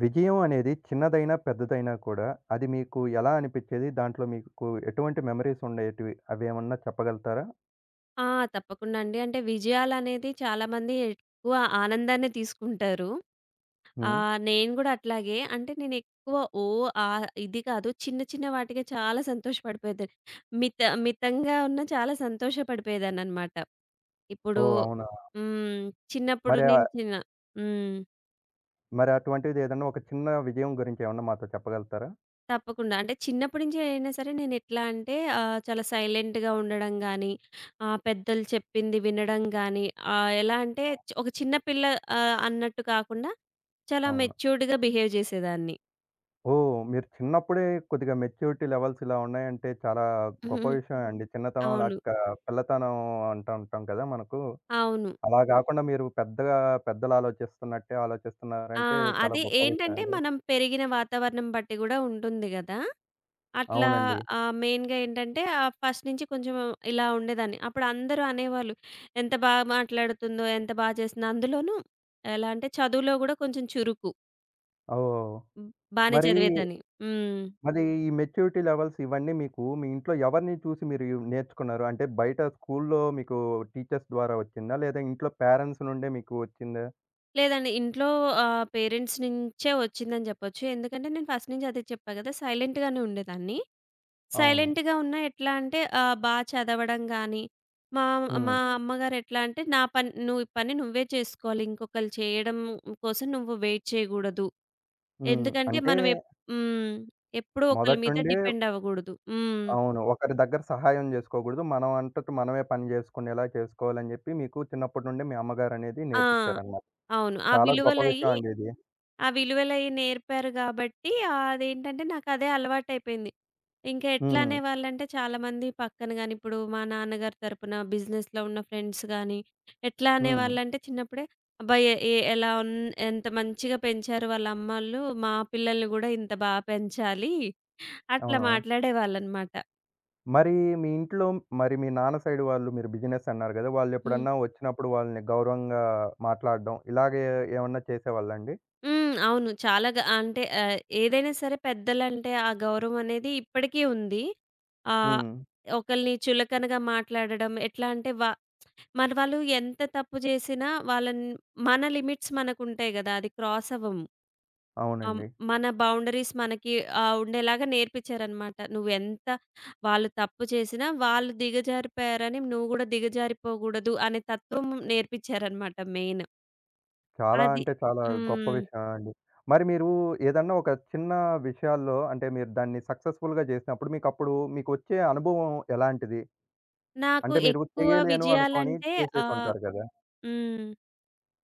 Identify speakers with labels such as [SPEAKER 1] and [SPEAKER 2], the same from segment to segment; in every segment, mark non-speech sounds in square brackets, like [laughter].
[SPEAKER 1] విజయం అనేది చిన్నదైనా, పెద్దదైనా కూడా అది మీకు ఎలా అనిపిచ్చేది? దాంట్లో మీకు ఎటువంటి మెమోరీస్ ఉండేటివి? అవేమన్నా చెప్పగలుగుతారా?
[SPEAKER 2] ఆ! తప్పకుండా అండి. అంటే విజయాలనేది చాలామంది ఎక్కువ ఆనందాన్నే తీసుకుంటారు.
[SPEAKER 1] హ్మ్.
[SPEAKER 2] నేను గూడా అట్లాగే. అంటే నేనెక్కువ ఓ ఆహ్, ఇది కాదు. చిన్న చిన్న వాటికే చాలా సంతోషపడిపోయేది. మిత మితంగా ఉన్న చాలా సంతోషపడిపోయేదాన్ననమాట. ఇప్పుడు
[SPEAKER 1] ఓహ్! అవునా?
[SPEAKER 2] హ్మ్. చిన్నప్పుడు
[SPEAKER 1] మరి
[SPEAKER 2] నేను
[SPEAKER 1] ఆహ్,
[SPEAKER 2] చిన్న హ్మ్.
[SPEAKER 1] మరి అటువంటిది ఏదన్నా ఒక చిన్న విజయం గురించి ఏమన్నా మాతో చెప్పగలుగుతారా?
[SPEAKER 2] తప్పకుండా. అంటే చిన్నప్పటి నుంచి అయినా సరే నేనెట్లా అంటే చాలా సైలెంట్‌గా ఉండడం గానీ, పెద్దలు చెప్పింది వినడం గానీ, ఎలా అంటే ఒక చిన్న పిల్ల అన్నట్టు కాకుండా చాలా
[SPEAKER 1] అవును.
[SPEAKER 2] మెచ్యూర్డ్‌గా బిహేవ్ జేసేదాన్ని. హుహు.
[SPEAKER 1] ఓహ్! మీరు చిన్నప్పుడే కొద్దిగా మెచ్యూరిటీ లెవెల్స్ ఇలా ఉన్నాయంటే చాలా గొప్ప
[SPEAKER 2] [laughs]
[SPEAKER 1] విషయమే అండి. చిన్నతనం
[SPEAKER 2] అవును.
[SPEAKER 1] లెక్క పిల్లతనం అంటూ ఉంటాం కదా! మనకు.
[SPEAKER 2] అవును.
[SPEAKER 1] అలా గాకుండా మీరు పెద్దగా పెద్దలు ఆలోచిస్తున్నట్టే
[SPEAKER 2] ఆ!
[SPEAKER 1] ఆలోచిస్తున్నారంటే చాలా
[SPEAKER 2] అది
[SPEAKER 1] గొప్ప విషయం
[SPEAKER 2] ఏంటంటే,
[SPEAKER 1] అది.
[SPEAKER 2] మనం పెరిగిన వాతావరణం బట్టి గూడా ఉంటుంది గదా! అట్లా
[SPEAKER 1] అవునండి.
[SPEAKER 2] మెయిన్‌గా ఏంటంటే, ఫస్ట్ నుంచి కొంచెం ఇలా ఉండేదాన్ని. అప్పుడు అందరూ అనేవాళ్ళు, "ఎంత బా మాట్లాడుతుందో, ఎంత బా చేస్తుందో." అందులోనూ ఎలా అంటే, చదువులో గూడా కొంచెం చురుకు.
[SPEAKER 1] ఓహ్!
[SPEAKER 2] హ్మ్. బానే
[SPEAKER 1] మరి
[SPEAKER 2] చదివేదాన్ని. హ్మ్.
[SPEAKER 1] మరి ఈ మెచ్యూరిటీ లెవెల్స్ ఇవన్నీ మీకు మీ ఇంట్లో ఎవరిని చూసి మీరు ఇవి నేర్చుకున్నారు? అంటే బయట స్కూల్లో మీకు టీచర్స్ ద్వారా వచ్చిందా? లేదా ఇంట్లో పేరెంట్స్ నుండే మీకు వచ్చిందా?
[SPEAKER 2] లేదండి. ఇంట్లో పేరెంట్స్ నుంచే వచ్చిందని జెప్పొచ్చు. ఎందుకంటే, నేను ఫస్ట్ నుంచి అదే చెప్పా గదా! సైలెంట్‌గానే ఉండేదాన్ని.
[SPEAKER 1] అవును.
[SPEAKER 2] సైలెంట్‌గా ఉన్నా ఎట్లా అంటే బా చదవడం గాని, మా
[SPEAKER 1] హ్మ్.
[SPEAKER 2] మా
[SPEAKER 1] హ్మ్.
[SPEAKER 2] అమ్మగారు ఎట్లా అంటే, "నా పని నువ్వు ఈ పని నువ్వే చేసుకోవాలి. ఇంకొకళ్ళు చేయడం కోసం నువ్వు వెయిట్ చేయగూడదు.
[SPEAKER 1] హ్మ్.
[SPEAKER 2] ఎందుకంటే
[SPEAKER 1] అంటే
[SPEAKER 2] మనం ఎప్ హ్మ్. ఎప్పుడూ ఒకళ్ళ
[SPEAKER 1] మొదటి
[SPEAKER 2] మీద
[SPEAKER 1] నుండే
[SPEAKER 2] డిపెండ్ అవ్వగూడదు." హ్మ్.
[SPEAKER 1] అవును. ఒకరి దగ్గర సహాయం జేసుకోకూడదు. మనం అంతట మనమే పని జేసుకునేలా చేసుకోవాలని జెప్పి మీకు చిన్నప్పటి నుండే మీ అమ్మగారనేది
[SPEAKER 2] ఆ!
[SPEAKER 1] నేర్పిచ్చారనమాట.
[SPEAKER 2] అవును.
[SPEAKER 1] చాలా గొప్ప విషయం అండి ఇది.
[SPEAKER 2] ఆ విలువలయి నేర్పారు గాబట్టి, అదేంటంటే నాకదే అలవాటయిపోయింది. ఇంకా ఎట్లా
[SPEAKER 1] హ్మ్.
[SPEAKER 2] అనేవాళ్ళంటే చాలామంది పక్కన గాని, ఇప్పుడు మా నాన్నగారి తరపున బిజినెస్‌లో ఉన్న ఫ్రెండ్స్ గాని, ఎట్లా
[SPEAKER 1] హ్మ్.
[SPEAKER 2] అనేవాళ్ళంటే చిన్నప్పుడే, "అబ్బా! ఎ ఎ ఎలా ఉన్ ఎంత మంచిగా పెంచారు వాళ్ళ అమ్మోళ్ళు. మా పిల్లల్ని గూడా ఇంత బా పెంచాలి." అట్లా
[SPEAKER 1] అవును.
[SPEAKER 2] మాట్లాడేవాళ్ళనమాట.
[SPEAKER 1] మరి మీ ఇంట్లో మరి మీ నాన్న సైడ్ వాళ్ళు మీరు బిజినెస్ అన్నారు గదా!
[SPEAKER 2] హ్మ్.
[SPEAKER 1] వాళ్ళెప్పుడన్నా వచ్చినప్పుడు వాళ్ళని గౌరవంగా మాట్లాడడం ఇలాగే ఏమన్నా చేసేవాళ్ళండి?
[SPEAKER 2] హ్మ్. అవును. చాలా గ అంటే ఏదైనా సరే పెద్దలంటే ఆ గౌరవం అనేది ఇప్పటికీ ఉంది. ఆహ్,
[SPEAKER 1] హ్మ్.
[SPEAKER 2] ఒకళ్ళని చులకనగా మాట్లాడడం, ఎట్లా అంటే వ మన వాళ్ళు ఎంత తప్పు చేసినా వాళ్ళని మన లిమిట్స్ మనకుంటాయి గదా! అది క్రాస్ అవ్వము. ఆహ్,
[SPEAKER 1] అవునండి.
[SPEAKER 2] మన బౌండరీస్ మనకి ఉండేలాగా నేర్పించారనమాట. నువ్వెంత వాళ్ళు తప్పు చేసినా వాళ్ళు దిగజారిపోయారని నువ్వు గూడా దిగజారిపోకూడదు అనే తత్వం నేర్పించారనమాట మెయిన్.
[SPEAKER 1] చాలా
[SPEAKER 2] అది.
[SPEAKER 1] అంటే చాలా గొప్ప
[SPEAKER 2] హ్మ్.
[SPEAKER 1] విషయం అండి. మరి మీరు ఏదన్నా ఒక చిన్న విషయాల్లో అంటే మీరు దాన్ని సక్సెస్‌ఫుల్‌గా చేసినప్పుడు మీకప్పుడు మీకొచ్చే అనుభవం ఎలాంటిది?
[SPEAKER 2] నాకు
[SPEAKER 1] అంటే మీరు
[SPEAKER 2] ఎక్కువ
[SPEAKER 1] చేయలేను అనుకోని
[SPEAKER 2] విజయాలంటే ఆహ్,
[SPEAKER 1] చేసేసుంటారు గదా!
[SPEAKER 2] హ్మ్.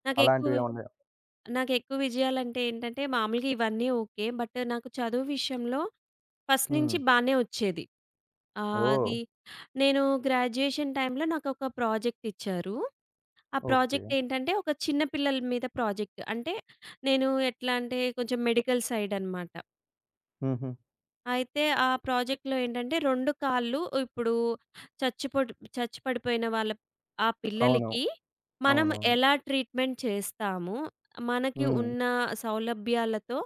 [SPEAKER 2] నాకెక్కువ
[SPEAKER 1] అలాంటివేమన్నాయా?
[SPEAKER 2] నాకెక్కువ విజయాలంటే ఏంటంటే మామూలుగా ఇవన్నీ ఓకే. బట్ నాకు చదువు విషయంలో ఫస్ట్ నుంచి
[SPEAKER 1] హ్మ్.
[SPEAKER 2] బానే వచ్చేది. ఆ!
[SPEAKER 1] ఓహ్!
[SPEAKER 2] అది నేను గ్రాడ్యుయేషన్ టైంలో నాకొక ప్రాజెక్ట్ ఇచ్చారు. ఆ
[SPEAKER 1] ఓకే.
[SPEAKER 2] ప్రాజెక్ట్ ఏంటంటే ఒక చిన్న పిల్లల మీద ప్రాజెక్ట్. అంటే నేను ఎట్లా అంటే కొంచెం మెడికల్ సైడ్ అనమాట.
[SPEAKER 1] హుహు.
[SPEAKER 2] అయితే ఆ ప్రాజెక్ట్‌లో ఏంటంటే 2 కాళ్ళు ఇప్పుడు చచ్చి పడిపోయిన వాళ్ళ ఆ
[SPEAKER 1] అవును.
[SPEAKER 2] పిల్లలకి మనం
[SPEAKER 1] అవునవును.
[SPEAKER 2] ఎలా ట్రీట్‌మెంట్ చేస్తాము? మనకి
[SPEAKER 1] హ్మ్.
[SPEAKER 2] ఉన్న సౌలభ్యాలతో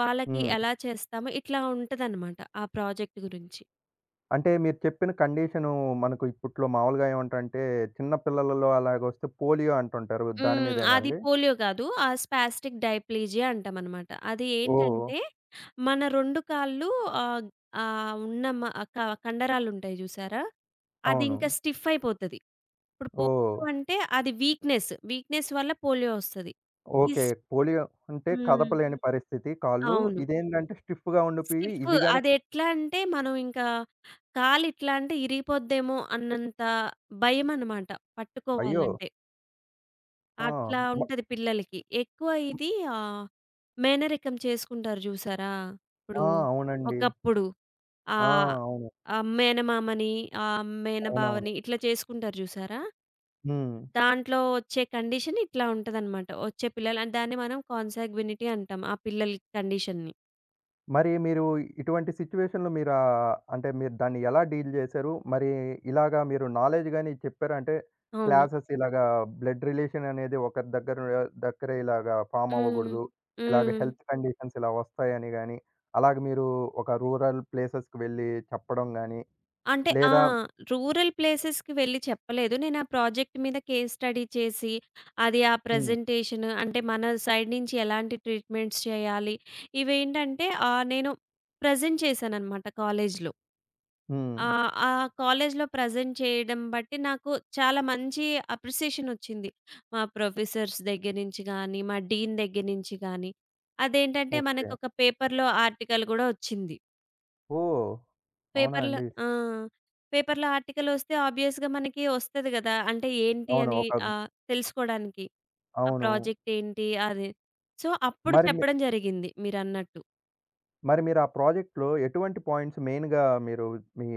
[SPEAKER 2] వాళ్ళకి
[SPEAKER 1] హ్మ్.
[SPEAKER 2] ఎలా చేస్తాము? ఇట్లా ఉంటదనమాట ఆ ప్రాజెక్ట్ గురించి.
[SPEAKER 1] అంటే మీరు చెప్పిన కండిషను మనకు ఇప్పట్లో మామూలుగా ఏమంటారంటే, చిన్న పిల్లలలో అలాగొస్తే పోలియో అంటుంటారు. దాని
[SPEAKER 2] హ్మ్.
[SPEAKER 1] మీదేనా ఆ!
[SPEAKER 2] అది
[SPEAKER 1] అండి?
[SPEAKER 2] పోలియో గాదు. ఆ స్పాస్టిక్ డైప్లీజియా అంటామనమాట. అది
[SPEAKER 1] ఓహ్!
[SPEAKER 2] ఏంటంటే, మన 2 కాళ్ళు ఆహ్, ఆహ్, ఉన్న మ క కండరాలుంటాయి జూసారా? అది
[SPEAKER 1] అవును.
[SPEAKER 2] ఇంకా స్టిఫ్ అయిపోతది. ఇప్పుడు
[SPEAKER 1] ఓహ్!
[SPEAKER 2] పోలియో అంటే అది వీక్‌నెస్. వీక్‌నెస్ వల్ల పోలియో ఒస్తది. ఈ
[SPEAKER 1] ఓకే.
[SPEAKER 2] స్
[SPEAKER 1] పోలియో అంటే
[SPEAKER 2] హ్మ్.
[SPEAKER 1] కదపలేని పరిస్థితి కాళ్ళు.
[SPEAKER 2] అవును.
[SPEAKER 1] ఇదేంటంటే స్టిఫ్‌గా ఉండిపోయి
[SPEAKER 2] స్టిఫ్
[SPEAKER 1] ఇవి గాని
[SPEAKER 2] అదెట్లా అంటే, మనం ఇంకా కాలిట్లా అంటే ఇరిగిపోద్దేమో అన్నంత భయమనమాట
[SPEAKER 1] అయ్యో!
[SPEAKER 2] పట్టుకోవాలంటే.
[SPEAKER 1] ఆ!
[SPEAKER 2] అట్లా
[SPEAKER 1] మ
[SPEAKER 2] ఉంటది పిల్లలకి. ఆహ్, మేనరికం చేసుకుంటారు జూసారా? ఇప్పుడు
[SPEAKER 1] ఆ! అవునండి.
[SPEAKER 2] ఒకప్పుడు
[SPEAKER 1] ఆ!
[SPEAKER 2] ఆహ్,
[SPEAKER 1] అవును.
[SPEAKER 2] ఆహ్, మేనమామని,
[SPEAKER 1] అవునవును.
[SPEAKER 2] మేనబావని ఇట్లా చేసుకుంటారు జూసారా?
[SPEAKER 1] హ్మ్.
[SPEAKER 2] దాంట్లో ఒచ్చే కండిషన్ ఇట్లా ఉంటదనమాట. ఒచ్చే పిల్లలు అంటే దాన్ని మనం కాన్సాగ్వినిటీ అంటాం. ఆ పిల్లల కండిషన్‌ని.
[SPEAKER 1] మరి మీరు ఇటువంటి సిట్యుయేషన్‌లో మీరు అంటే మీరు దాన్ని ఎలా డీల్ జేశారు? మరి ఇలాగా మీరు నాలెడ్జ్ గాని చెప్పారంటే
[SPEAKER 2] అవును.
[SPEAKER 1] క్లాసెస్ ఇలాగా బ్లడ్ రిలేషన్ అనేది ఒకరి దగ్గరే ఇలాగా ఫార్మ్
[SPEAKER 2] హ్మ్.
[SPEAKER 1] అవ్వగూడదు. ఇలాగ
[SPEAKER 2] హ్మ్.
[SPEAKER 1] హెల్త్ కండిషన్స్ ఇలా వస్తాయని గాని, అలాగ మీరు ఒక రూరల్ ప్లేసెస్‌కి వెళ్ళి చెప్పడం గాని,
[SPEAKER 2] అంటే ఆ!
[SPEAKER 1] లేదా
[SPEAKER 2] రూరల్ ప్లేసెస్‌కి వెళ్లి చెప్పలేదు. నేను ఆ ప్రాజెక్ట్ మీద కేస్ స్టడీ చేసి, అది ఆ
[SPEAKER 1] హ్మ్.
[SPEAKER 2] ప్రజెంటేషన్ అంటే మన సైడ్ నుంచి ఎలాంటి ట్రీట్‌మెంట్స్ చేయాలి, ఇవేంటంటే నేను ప్రెజెంట్ చేశాననమాట కాలేజ్‌లో.
[SPEAKER 1] హ్మ్.
[SPEAKER 2] ఆహ్, ఆ కాలేజ్‌లో ప్రెజెంట్ చేయడం బట్టి నాకు చాలా మంచి అప్రిసియేషన్ వచ్చింది. మా ప్రొఫెసర్స్ దగ్గర నుంచి గానీ, మా డీన్ దగ్గర నుంచి గానీ, అదేంటంటే
[SPEAKER 1] ఓకే.
[SPEAKER 2] మనకొక పేపర్‌లో ఆర్టికల్ గూడా వచ్చింది.
[SPEAKER 1] ఓహ్! అవునా
[SPEAKER 2] పేపర్‌లో
[SPEAKER 1] అండి?
[SPEAKER 2] ఆ! పేపర్‌లో ఆర్టికలొస్తే ఆబ్వియస్‌గా మనకి వస్తది గదా! అంటే ఏంటి
[SPEAKER 1] అవును.
[SPEAKER 2] అని
[SPEAKER 1] ఒక
[SPEAKER 2] తెలుసుకోడానికి. ఆ
[SPEAKER 1] అవును.
[SPEAKER 2] ప్రాజెక్ట్ ఏంటి అది. సో, అప్పుడు
[SPEAKER 1] మరి మీ
[SPEAKER 2] చెప్పడం జరిగింది మీరన్నట్టు.
[SPEAKER 1] మరి మీరు ఆ ప్రాజెక్ట్‌లో ఎటువంటి పాయింట్స్ మెయిన్‌గా మీరు మీ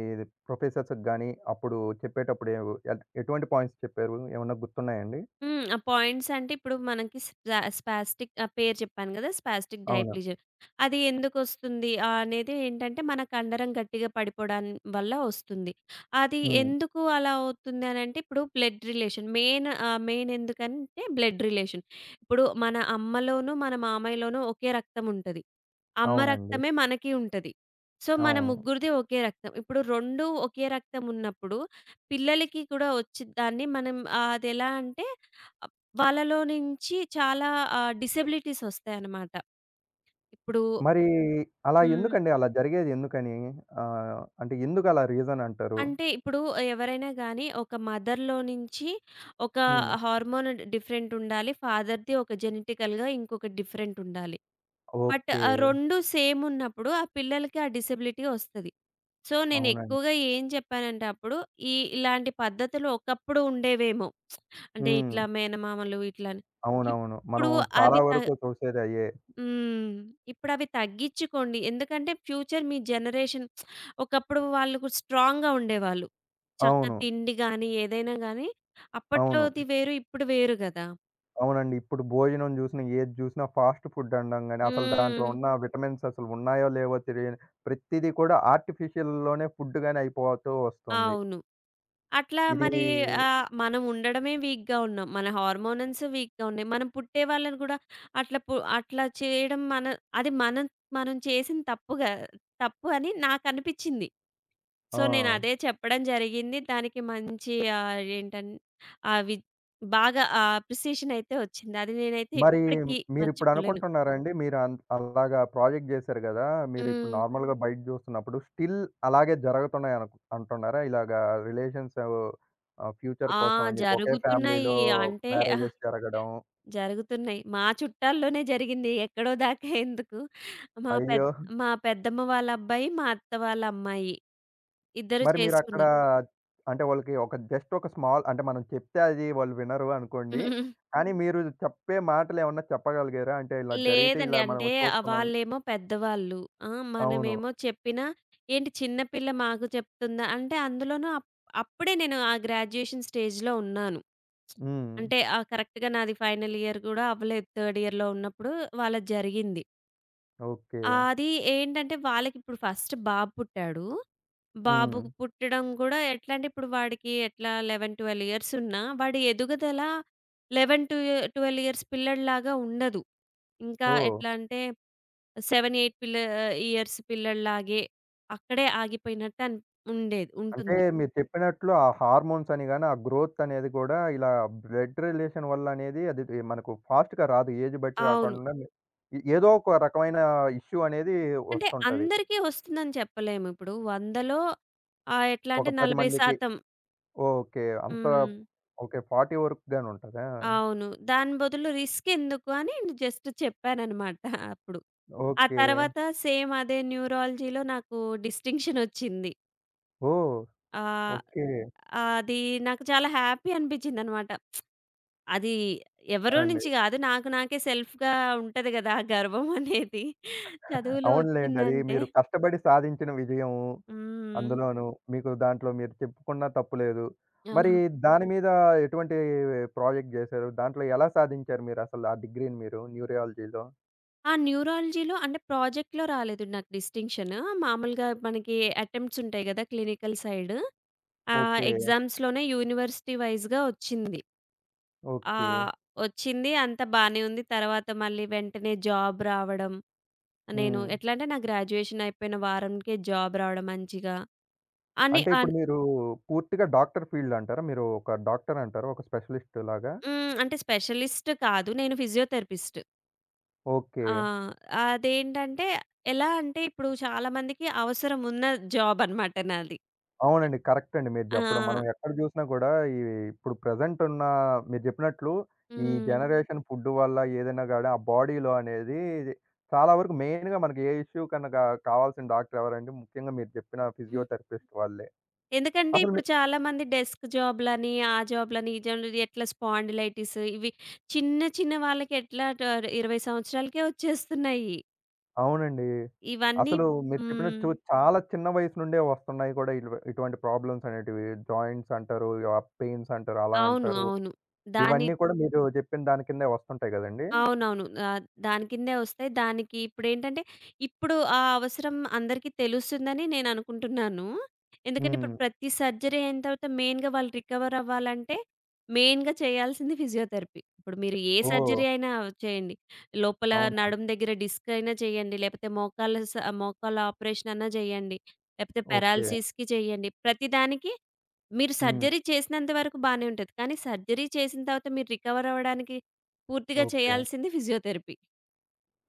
[SPEAKER 1] ప్రొఫెసర్స్‌కి గాని, అప్పుడు చెప్పేటప్పుడు ఎవ్ ఎట్ ఎటువంటి పాయింట్స్ చెప్పారు? ఏమన్నా గుర్తున్నాయండి?
[SPEAKER 2] హ్మ్. ఆ పాయింట్స్ అంటే ఇప్పుడు మనకి స్పాస్టిక్ ఆ పేరు చెప్పాను గదా! స్పాస్టిక్
[SPEAKER 1] అవునా?
[SPEAKER 2] డైప్లీజియా. అది ఎందుకొస్తుంది అనేది ఏంటంటే మన కండరం గట్టిగా పడిపోవడం వల్ల వస్తుంది. అది
[SPEAKER 1] హ్మ్.
[SPEAKER 2] ఎందుకు అలా అవుతుంది అనంటే ఇప్పుడు బ్లడ్ రిలేషన్ మెయిన్. ఎందుకంటే బ్లడ్ రిలేషన్. ఇప్పుడు మన అమ్మలోనూ, మన మామయ్యలోనూ ఒకే రక్తం ఉంటది. అమ్మ
[SPEAKER 1] అవునండి.
[SPEAKER 2] రక్తమే మనకి ఉంటది. సో, మన
[SPEAKER 1] అవును.
[SPEAKER 2] ముగ్గురిది ఒకే రక్తం. ఇప్పుడు 2 ఒకే రక్తం ఉన్నప్పుడు పిల్లలకి కూడా వచ్చిద్దాన్ని మనం అదెలా అంటే ఆహ్, వాళ్ళలో నుంచి చాలా డిసెబిలిటీస్ ఒస్తాయన్నమాట. ఇప్పుడు
[SPEAKER 1] మరి అలా
[SPEAKER 2] హ్మ్.
[SPEAKER 1] ఎందుకండి? అలా జరిగేది ఎందుకని? అంటే ఎందుకలా రీజన్ అంటారు?
[SPEAKER 2] అంటే ఇప్పుడు ఎవరైనా గానీ ఒక మదర్‌లో నుంచి ఒక
[SPEAKER 1] హ్మ్.
[SPEAKER 2] హార్మోన్ డిఫరెంట్ ఉండాలి. ఫాదర్‌ది ఒక జెనెటికల్‌గా ఇంకొకటి డిఫరెంట్ ఉండాలి. But
[SPEAKER 1] okay.
[SPEAKER 2] ఆ 2 సేమ్ ఉన్నప్పుడు ఆ పిల్లలకి ఆ డిసెబిలిటీ ఒస్తది. సో, నేను
[SPEAKER 1] అవునండి.
[SPEAKER 2] ఎక్కువగా ఏం చెప్పానంటే అప్పుడు, ఈ ఇలాంటి పద్ధతులు ఒకప్పుడు ఉండేవేమో. అంటే
[SPEAKER 1] హ్మ్.
[SPEAKER 2] ఇట్లా మేనమామలు ఇట్లా అని.
[SPEAKER 1] అవునవును.
[SPEAKER 2] ఇప్పుడు
[SPEAKER 1] మనం
[SPEAKER 2] అవి
[SPEAKER 1] చాలా
[SPEAKER 2] త
[SPEAKER 1] వరకు చూసేదయ్యే.
[SPEAKER 2] హ్మ్. ఇప్పుడవి తగ్గిచ్చుకోండి. ఎందుకంటే ఫ్యూచర్ మీ జనరేషన్. ఒకప్పుడు వాళ్ళు కూడా స్ట్రాంగ్‌గా ఉండేవాళ్ళు. చక్కగా
[SPEAKER 1] అవును.
[SPEAKER 2] తిండి గాని, ఏదైనా గాని
[SPEAKER 1] అవును.
[SPEAKER 2] అప్పట్లోది వేరు, ఇప్పుడు వేరు గదా!
[SPEAKER 1] అవునండి. ఇప్పుడు భోజనం జూసినా, ఏది జూసినా ఫాస్ట్ ఫుడ్ అనడం గాని, అసలు దాంట్లో
[SPEAKER 2] హ్మ్.
[SPEAKER 1] ఉన్న విటమిన్స్ అసలు ఉన్నాయో లేవో తెలియని ప్రతిది కూడా ఆర్టిఫిషియల్‌లోనే ఫుడ్ గాని అయిపోతూ వస్తుంది.
[SPEAKER 2] అవును. అట్లా
[SPEAKER 1] ఇది
[SPEAKER 2] మరి మనం ఉండడమే వీక్‌గా ఉన్నాం. మన హార్మోనన్స్ వీక్‌గా ఉన్నాయి. మనం పుట్టే వాళ్ళని కూడా అట్లా చేయడం మన అది మనం మనం చేసిన తప్పు అని నాకనిపిచ్చింది.
[SPEAKER 1] ఆ!
[SPEAKER 2] సో, నేను అదే చెప్పడం జరిగింది. దానికి మంచి ఆహ్, ఏంటన్ అవి బాగా అప్రిసియేషన్ అయితే వచ్చింది. అది నేనైతే
[SPEAKER 1] మరి
[SPEAKER 2] ఇప్పటికి
[SPEAKER 1] మీరిప్పుడు
[SPEAKER 2] మర్చిపోలేను.
[SPEAKER 1] అనుకుంటున్నారా అండి? మీరు అలాగా ప్రాజెక్ట్ జేశారు గదా! మీరిప్పుడు
[SPEAKER 2] హ్మ్.
[SPEAKER 1] నార్మల్‌గా బయట జూస్తున్నప్పుడు స్టిల్ అలాగే జరుగుతున్నాయి అంటున్నారా? ఇలాగా రిలేషన్స్ ఫ్యూచర్
[SPEAKER 2] ఆ!
[SPEAKER 1] కోసం అని జెప్పి ఒకే
[SPEAKER 2] జరుగుతున్నాయి.
[SPEAKER 1] ఫ్యామిలీలో
[SPEAKER 2] అంటే
[SPEAKER 1] మ్యారేజెస్ జరగడం.
[SPEAKER 2] జరుగుతున్నాయి. మా చుట్టాల్లోనే జరిగింది. ఎక్కడో దాకా ఎందుకు మా
[SPEAKER 1] అయ్యో!
[SPEAKER 2] పెద్ మా పెద్దమ్మ వాళ్ళ అబ్బాయి, మా అత్త వాళ్ళ అమ్మాయి ఇద్దరు
[SPEAKER 1] మరి మీరక్కడ
[SPEAKER 2] చేసుకున్నారు.
[SPEAKER 1] అంటే వాళ్ళకి ఒక జస్ట్ ఒక స్మాల్ అంటే మనం చెప్తే అది వాళ్ళు వినరు అనుకోండి.
[SPEAKER 2] [laughs]
[SPEAKER 1] కానీ మీరు చెప్పే మాటలేమన్నా చెప్పగలిగారా? అంటే ఇలా జరిగితే
[SPEAKER 2] లేదండి.
[SPEAKER 1] ఇలా మనం
[SPEAKER 2] అంటే
[SPEAKER 1] చూస్తున్నాం.
[SPEAKER 2] వాళ్ళేమో పెద్దవాళ్ళు. ఆ!
[SPEAKER 1] అవును.
[SPEAKER 2] మనమేమో చెప్పినా, "ఏంటి చిన్న పిల్ల మాకు చెప్తుందా?" అంటే అందులోనూ అప్పుడే నేను ఆ గ్రాడ్యుయేషన్ స్టేజ్‌లో ఉన్నాను.
[SPEAKER 1] హ్మ్.
[SPEAKER 2] అంటే కరెక్ట్‌గా నాది ఫైనల్ ఇయర్ గూడా అవ్వలేదు. థర్డ్ ఇయర్‌లో ఉన్నప్పుడు వాళ్ళది జరిగింది.
[SPEAKER 1] ఓకే.
[SPEAKER 2] ఆ, అది ఏంటంటే వాళ్ళకిప్పుడు ఫస్ట్ బాబు పుట్టాడు. బాబు
[SPEAKER 1] హ్మ్.
[SPEAKER 2] పుట్టడం గూడా ఎట్లా అంటే ఇప్పుడు వాడికి ఎట్లా 11, 12 ఇయర్స్ ఉన్నా వాడి ఎదుగుదల 11, 2 12 ఇయర్స్ పిల్లాడిలాగా ఉండదు. ఇంకా
[SPEAKER 1] ఓహ్!
[SPEAKER 2] ఎట్లా అంటే 7, 8 ఇయర్స్ పిల్లాడిలాగే అక్కడే ఆగిపోయినట్టు అన్ ఉండేది
[SPEAKER 1] అంటే
[SPEAKER 2] ఉంటుంది.
[SPEAKER 1] మీరు చెప్పినట్లు ఆ హార్మోన్స్ అని గాని, ఆ గ్రోత్ అనేది కూడా ఇలా బ్లడ్ రిలేషన్ వల్ల అనేది అది మనకు ఫాస్ట్‌గా రాదు. ఏజ్ బట్టి
[SPEAKER 2] అవును.
[SPEAKER 1] రాకుండా ఏదో ఒక రకమైన ఇష్యూ అనేది
[SPEAKER 2] అంటే
[SPEAKER 1] వస్తుంటది.
[SPEAKER 2] అందరికీ వస్తుందని చెప్పలేము. ఇప్పుడు 100లో ఎట్లా
[SPEAKER 1] ఒక
[SPEAKER 2] అంటే
[SPEAKER 1] 10 మందికి
[SPEAKER 2] 40%.
[SPEAKER 1] ఓకే. అంతా
[SPEAKER 2] హ్మ్.
[SPEAKER 1] ఓకే. 40 వరకు గాని ఉంటదా?
[SPEAKER 2] అవును. దాని బదులు రిస్కెందుకు అని జస్ట్ చెప్పాననమాట అప్పుడు. ఆ
[SPEAKER 1] ఓకే.
[SPEAKER 2] తర్వాత సేమ్ అదే న్యూరాలజీలో నాకు డిస్టింక్షనొచ్చింది.
[SPEAKER 1] ఓహ్!
[SPEAKER 2] ఆహ్,
[SPEAKER 1] ఓకే.
[SPEAKER 2] అది నాకు చాలా హ్యాపీ అనిపిచ్చిందనమాట. అది ఎవరో
[SPEAKER 1] అవునండి.
[SPEAKER 2] నుంచి గాదు. నాకు నాకే సెల్ఫ్‌గా ఉంటది గదా! ఆ గర్వం అనేది. చదువులో
[SPEAKER 1] అవునులెండి. అది
[SPEAKER 2] వచ్చిందంటే
[SPEAKER 1] మీరు కష్టపడి సాధించిన విజయం
[SPEAKER 2] హ్మ్.
[SPEAKER 1] అందులోనూ. మీకు దాంట్లో మీరు చెప్పుకున్నా తప్పు లేదు. మరి
[SPEAKER 2] ఆహా!
[SPEAKER 1] దాని మీద ఎటువంటి ప్రాజెక్ట్ జేశారు? దాంట్లో ఎలా సాధించారు మీరసలు ఆ డిగ్రీని మీరు న్యూరియాలజీలో?
[SPEAKER 2] ఆ న్యూరాలజీలో అంటే ప్రాజెక్ట్‌లో రాలేదు నాకు డిస్టింక్షన్. మామూలుగా మనకి అటెంప్ట్స్ ఉంటాయి గదా! Clinical side. ఆ!
[SPEAKER 1] ఓకే.
[SPEAKER 2] ఎగ్జామ్స్‌లోనే యూనివర్సిటీ వైస్‌గా వచ్చింది.
[SPEAKER 1] ఓకే.
[SPEAKER 2] ఆహ్, వచ్చింది అంతా బానే ఉంది. తర్వాత మళ్ళీ వెంటనే జాబ్ రావడం. నేను
[SPEAKER 1] హ్మ్.
[SPEAKER 2] ఎట్లా అంటే, నా గ్రాడ్యుయేషన్ అయిపోయిన వారంకే జాబ్ రావడం మంచిగా. అని
[SPEAKER 1] అంటే
[SPEAKER 2] అన్
[SPEAKER 1] ఇప్పుడు మీరు పూర్తిగా డాక్టర్ ఫీల్డ్ అంటారా? మీరు ఒక డాక్టర్ అంటారా? ఒక స్పెషలిస్ట్ లాగా?
[SPEAKER 2] హ్మ్. అంటే స్పెషలిస్ట్ కాదు. నేను ఫిజియోథెరపిస్ట్.
[SPEAKER 1] ఓకే.
[SPEAKER 2] ఆ! అదేంటంటే, ఎలా అంటే ఇప్పుడు చాలా మందికి అవసరం ఉన్న జాబ్ అనమాట నాది.
[SPEAKER 1] అవునండి. కరెక్ట్ అండి మీరు
[SPEAKER 2] ఆ!
[SPEAKER 1] జెప్పడం. మనం ఎక్కడ జూసినా గూడా ఈ ఇప్పుడు ప్రెజెంట్ ఉన్న మీరు జెప్పినట్లు ఈ హ్మ్.
[SPEAKER 2] హ్మ్.
[SPEAKER 1] జనరేషన్ ఫుడ్ వల్ల ఏదైనా గాని ఆ బాడీలో అనేది చాలా వరకు మెయిన్‌గా మనకి ఏ ఇష్యూ కన్నా కావాల్సిన డాక్టర్ ఎవరండి? ముఖ్యంగా మీరు జెప్పిన ఫిజియోథెరపిస్ట్ వాళ్ళే.
[SPEAKER 2] ఎందుకంటే
[SPEAKER 1] అసలు మీ
[SPEAKER 2] ఇప్పుడు చాలామంది డెస్క్ జాబ్‌లని, ఆ జాబ్‌లని, ఈ జాబ్‌లని ఎట్లా స్పాండిలైటిస్ ఇవి చిన్న చిన్న వాళ్ళకి ఎట్లా ట 20 సంవత్సరాలకే వచ్చేస్తున్నాయి.
[SPEAKER 1] అవునండి.
[SPEAKER 2] ఇవన్నీ
[SPEAKER 1] అసలు అవును. మీరు
[SPEAKER 2] హ్మ్.
[SPEAKER 1] చెప్పినట్టు చాలా చిన్న వయసు నుండే వస్తున్నాయి కూడా ఇటువంటి ప్రాబ్లమ్స్ అనేటివి. జాయింట్స్ అంటారు, ఆ పెయిన్స్ అంటారు, అలా
[SPEAKER 2] అవును.
[SPEAKER 1] అంటారు.
[SPEAKER 2] అవును. దాని
[SPEAKER 1] ఇవన్నీ కూడా మీరు జెప్పిన దాని కిందే వస్తుంటాయి గదండీ!
[SPEAKER 2] అవునవును. దాని కిందే వస్తాయి. దానికి ఇప్పుడేంటంటే, ఇప్పుడు ఆ అవసరం అందరికీ తెలుస్తుందని నేననుకుంటున్నాను. ఎందుకంటే, ఇప్పుడు
[SPEAKER 1] హ్మ్.
[SPEAKER 2] ప్రతి సర్జరీ అయిన తర్వాత మెయిన్‌గా వాళ్ళు రికవర్ అవ్వాలంటే, మెయిన్‌గా చేయాల్సింది ఫిజియోథెరపీ. ఇప్పుడు మీరు ఏ
[SPEAKER 1] ఓహ్!
[SPEAKER 2] సర్జరీ అయినా చేయండి. లోపల
[SPEAKER 1] అవునా?
[SPEAKER 2] నడుము దగ్గర డిస్క్ అయినా చేయండి, లేపోతే మోకాళ్ళ ఆపరేషన్ అన్నా చేయండి, లేపోతే
[SPEAKER 1] ఓకే.
[SPEAKER 2] పారాలిసిస్‌కి చేయండి. ప్రతిదానికి మీరు
[SPEAKER 1] హ్మ్.
[SPEAKER 2] సర్జరీ చేసినంత వరకు బానే ఉంటది. కానీ సర్జరీ చేసిన తర్వాత మీరు రికవర్ అవ్వడానికి పూర్తిగా
[SPEAKER 1] ఓకే.
[SPEAKER 2] చేయాల్సింది ఫిజియోథెరపీ.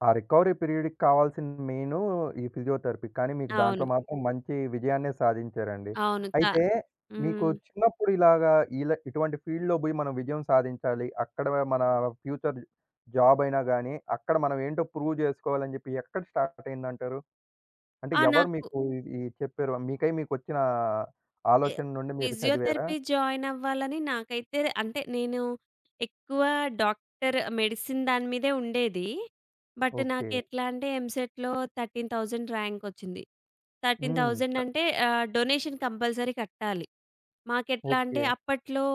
[SPEAKER 1] ఆ రికవరీ పీరియడ్‌కి కావాల్సిన మెయిను ఈ ఫిజియోథెరపీ. కానీ మీకు దాంట్లో
[SPEAKER 2] అవును.
[SPEAKER 1] మాత్రం మంచి విజయాన్నే సాధించారండి.
[SPEAKER 2] అవును. చ
[SPEAKER 1] అయితే మీకు
[SPEAKER 2] హ్మ్.
[SPEAKER 1] చిన్నప్పుడు ఇలాగా ఇలా ఇటువంటి ఫీల్డ్‌లో బోయి మనం విజయం సాధించాలి. అక్కడ మన ఫ్యూచర్ జాబ్ అయినా గాని, అక్కడ మనం ఏంటో ప్రూవ్ జేసుకోవాలని జెప్పి ఎక్కడ స్టార్ట్ అయిందంటారు? అంటే
[SPEAKER 2] ఆ!
[SPEAKER 1] ఎవరు
[SPEAKER 2] నాకు
[SPEAKER 1] మీకు ఇది చెప్పారు? మీకై మీకొచ్చిన
[SPEAKER 2] ఎ
[SPEAKER 1] ఆలోచన నుండి మీరు చదివారా?
[SPEAKER 2] ఫిజియోథెరపీ జాయిన్ అవ్వాలని నాకైతే అంటే నేను ఎక్కువ డాక్టర్ మెడిసిన్ దాని మీదే ఉండేది. But
[SPEAKER 1] okay.
[SPEAKER 2] నాకెట్లా అంటే ఎంసెట్‌లో 13,000 ర్యాంక్ వచ్చింది.
[SPEAKER 1] హ్మ్.
[SPEAKER 2] 13,000
[SPEAKER 1] క
[SPEAKER 2] అంటే డొనేషన్ కంపల్సరీ కట్టాలి. మాకెట్లా అంటే
[SPEAKER 1] ఓకే.
[SPEAKER 2] అప్పట్లో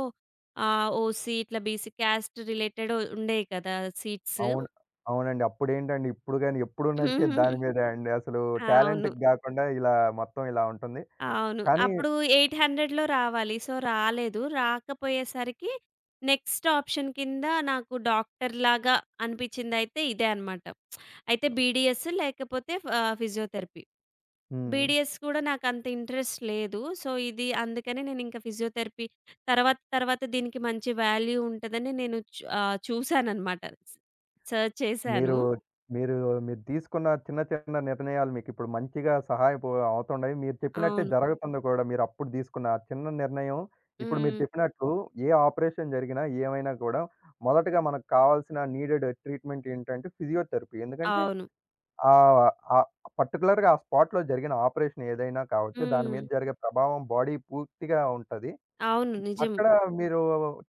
[SPEAKER 2] ఓసీ ఇట్లా బీసీ క్యాస్ట్ రిలేటెడ్ ఉండేవి కదా! సీట్స్.
[SPEAKER 1] అవును. అవునండి. అప్పుడేంటండి, ఇప్పుడు గాని ఎప్పుడు
[SPEAKER 2] [laughs]
[SPEAKER 1] నడిచేది
[SPEAKER 2] హ్మ్.
[SPEAKER 1] దాని మీదే అండి. అసలు
[SPEAKER 2] అవును.
[SPEAKER 1] టాలెంట్‌కి గాకుండా ఇలా మొత్తం ఇలా ఉంటుంది.
[SPEAKER 2] అవును.
[SPEAKER 1] కానీ
[SPEAKER 2] అప్పుడు 800లో రావాలి. సో, రాలేదు. రాకపోయేసరికి నెక్స్ట్ ఆప్షన్ కింద నాకు డాక్టర్‌లాగా అనిపించిందయితే ఇదే అన్నమాట. అయితే బీడీఎస్ లేకపోతే ఫిజియోథెరపీ.
[SPEAKER 1] హ్మ్.
[SPEAKER 2] బీడీఎస్ కూడా నాకంత ఇంట్రెస్ట్ లేదు. సో, ఇది అందుకనే నేనింక ఫిజియోథెరపీ తర్వాత తర్వాత దీనికి మంచి వాల్యూ ఉంటదని నేను చూసాననమాట. స్ సెర్చ్ చేశాను.
[SPEAKER 1] మీరు, మీరు, మీరు తీసుకున్న చిన్న, చిన్న నిర్ణయాలు మీకిప్పుడు మంచిగా సహాయపు అవుతున్నాయి. మీరు చెప్పినట్టే
[SPEAKER 2] అవును.
[SPEAKER 1] జరుగుతుంది కూడా. మీరప్పుడు తీసుకున్న ఆ చిన్న నిర్ణయం, ఇప్పుడు మీరు
[SPEAKER 2] హ్మ్.
[SPEAKER 1] చెప్పినట్లు ఏ ఆపరేషన్ జరిగినా, ఏమైనా కూడా మొదటగా మనకు కావాల్సిన నీడెడ్ ట్రీట్‌మెంట్ ఏంటంటే ఫిజియోథెరపీ. ఎందుకంటే
[SPEAKER 2] అవును.
[SPEAKER 1] ఆహ్, ఆహ్, పర్టిక్యులర్‌గా ఆ స్పాట్‌లో జరిగిన ఆపరేషన్ ఏదైనా కావచ్చు. దాని
[SPEAKER 2] హ్మ్.
[SPEAKER 1] మీద జరిగే ప్రభావం బాడీ పూర్తిగా ఉంటది.
[SPEAKER 2] అవును. నిజం.
[SPEAKER 1] అక్కడ మీరు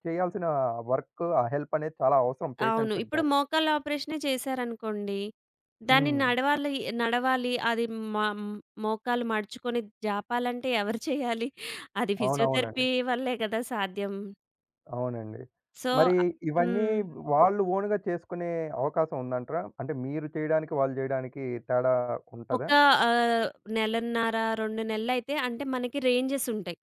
[SPEAKER 1] చేయాల్సిన వర్క్, ఆ హెల్ప్ అనేది చాలా అవసరం
[SPEAKER 2] అవును.
[SPEAKER 1] పేషెంట్స్‌కి
[SPEAKER 2] ఇప్పుడు
[SPEAKER 1] గాని.
[SPEAKER 2] మోకాళ్ళ ఆపరేషనే చేశారనుకోండి, దాన్ని
[SPEAKER 1] హ్మ్.
[SPEAKER 2] నడవాలి నడవాలి అది మ మోకాలు మడుచుకొని జాపాలంటే ఎవరు చేయాలి? అది
[SPEAKER 1] అవునవునండి.
[SPEAKER 2] ఫిజియోథెరపీ వల్లే కదా సాధ్యం.
[SPEAKER 1] అవునండి.
[SPEAKER 2] సో
[SPEAKER 1] మరి ఇవన్నీ
[SPEAKER 2] హ్మ్.
[SPEAKER 1] వాళ్ళు ఓన్‌గా చేసుకునే అవకాశం ఉందంటారా? అంటే మీరు చేయడానికి, వాళ్ళు చేయడానికి తేడా
[SPEAKER 2] ఒక
[SPEAKER 1] ఉంటదా?
[SPEAKER 2] ఆహ్, నెలన్నర, 2 నెలలైతే అంటే మనకి రేంజెస్ ఉంటాయి.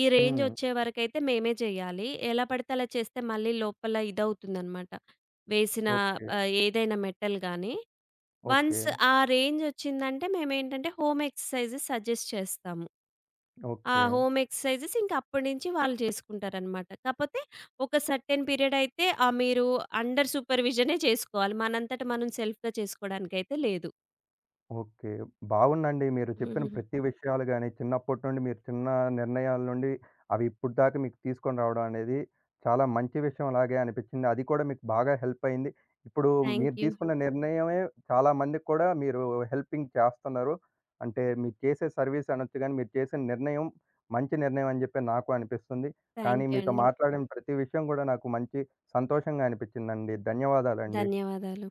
[SPEAKER 2] ఈ రేంజ్
[SPEAKER 1] హ్మ్.
[SPEAKER 2] వచ్చే వరకైతే మేమే చేయాలి. ఎలా పడితే అలా చేస్తే మళ్ళీ లోపల ఇదవుతుందనమాట. వేసిన
[SPEAKER 1] ఓకే.
[SPEAKER 2] ఏదైనా మెటల్ గాని
[SPEAKER 1] ఓకే.
[SPEAKER 2] వన్స్ ఆ రేంజ్ వచ్చిందంటే మేమేంటంటే హోమ్ ఎక్సర్‌సైజెస్ సజెస్ట్ చేస్తాము. ఆ
[SPEAKER 1] ఓకే.
[SPEAKER 2] హోమ్ ఎక్సర్‌సైజెస్ ఇంక అప్పటి నుంచి వాళ్ళు చేసుకుంటారనమాట. కాపోతే ఒక సర్టెన్ పీరియడ్ అయితే మీరు అండర్ సూపర్‌విజనే చేసుకోవాలి. మనంతట మనం సెల్ఫ్‌గా చేసుకోవడానికైతే లేదు.
[SPEAKER 1] ఓకే. బాగుందండి. మీరు చెప్పిన ప్రతి
[SPEAKER 2] [laughs]
[SPEAKER 1] విషయాలు గాని, చిన్నప్పటి నుండి మీరు చిన్న నిర్ణయాల నుండి అవి ఇప్పుడు దాకా మీకు తీసుకొని రావడం అనేది చాలా మంచి విషయం లాగే అనిపించింది. అది కూడా మీకు బాగా హెల్ప్ అయింది. ఇప్పుడు
[SPEAKER 2] థాంక్
[SPEAKER 1] మీరు
[SPEAKER 2] యూ.
[SPEAKER 1] తీసుకున్న నిర్ణయమే చాలా మందికి కూడా మీరు హెల్పింగ్ చేస్తున్నారు. అంటే మీరు చేసే సర్వీస్ అనొచ్చు గాని, మీరు చేసిన నిర్ణయం మంచి నిర్ణయం అని చెప్పి నాకు అనిపిస్తుంది. కానీ
[SPEAKER 2] థాంక్ యూ
[SPEAKER 1] మీతో నాకు కూడా.
[SPEAKER 2] అండి.
[SPEAKER 1] మాట్లాడిన ప్రతి విషయం కూడా నాకు మంచి సంతోషంగా అనిపించిందండి. ధన్యవాదాలండి.
[SPEAKER 2] ధన్యవాదాలు.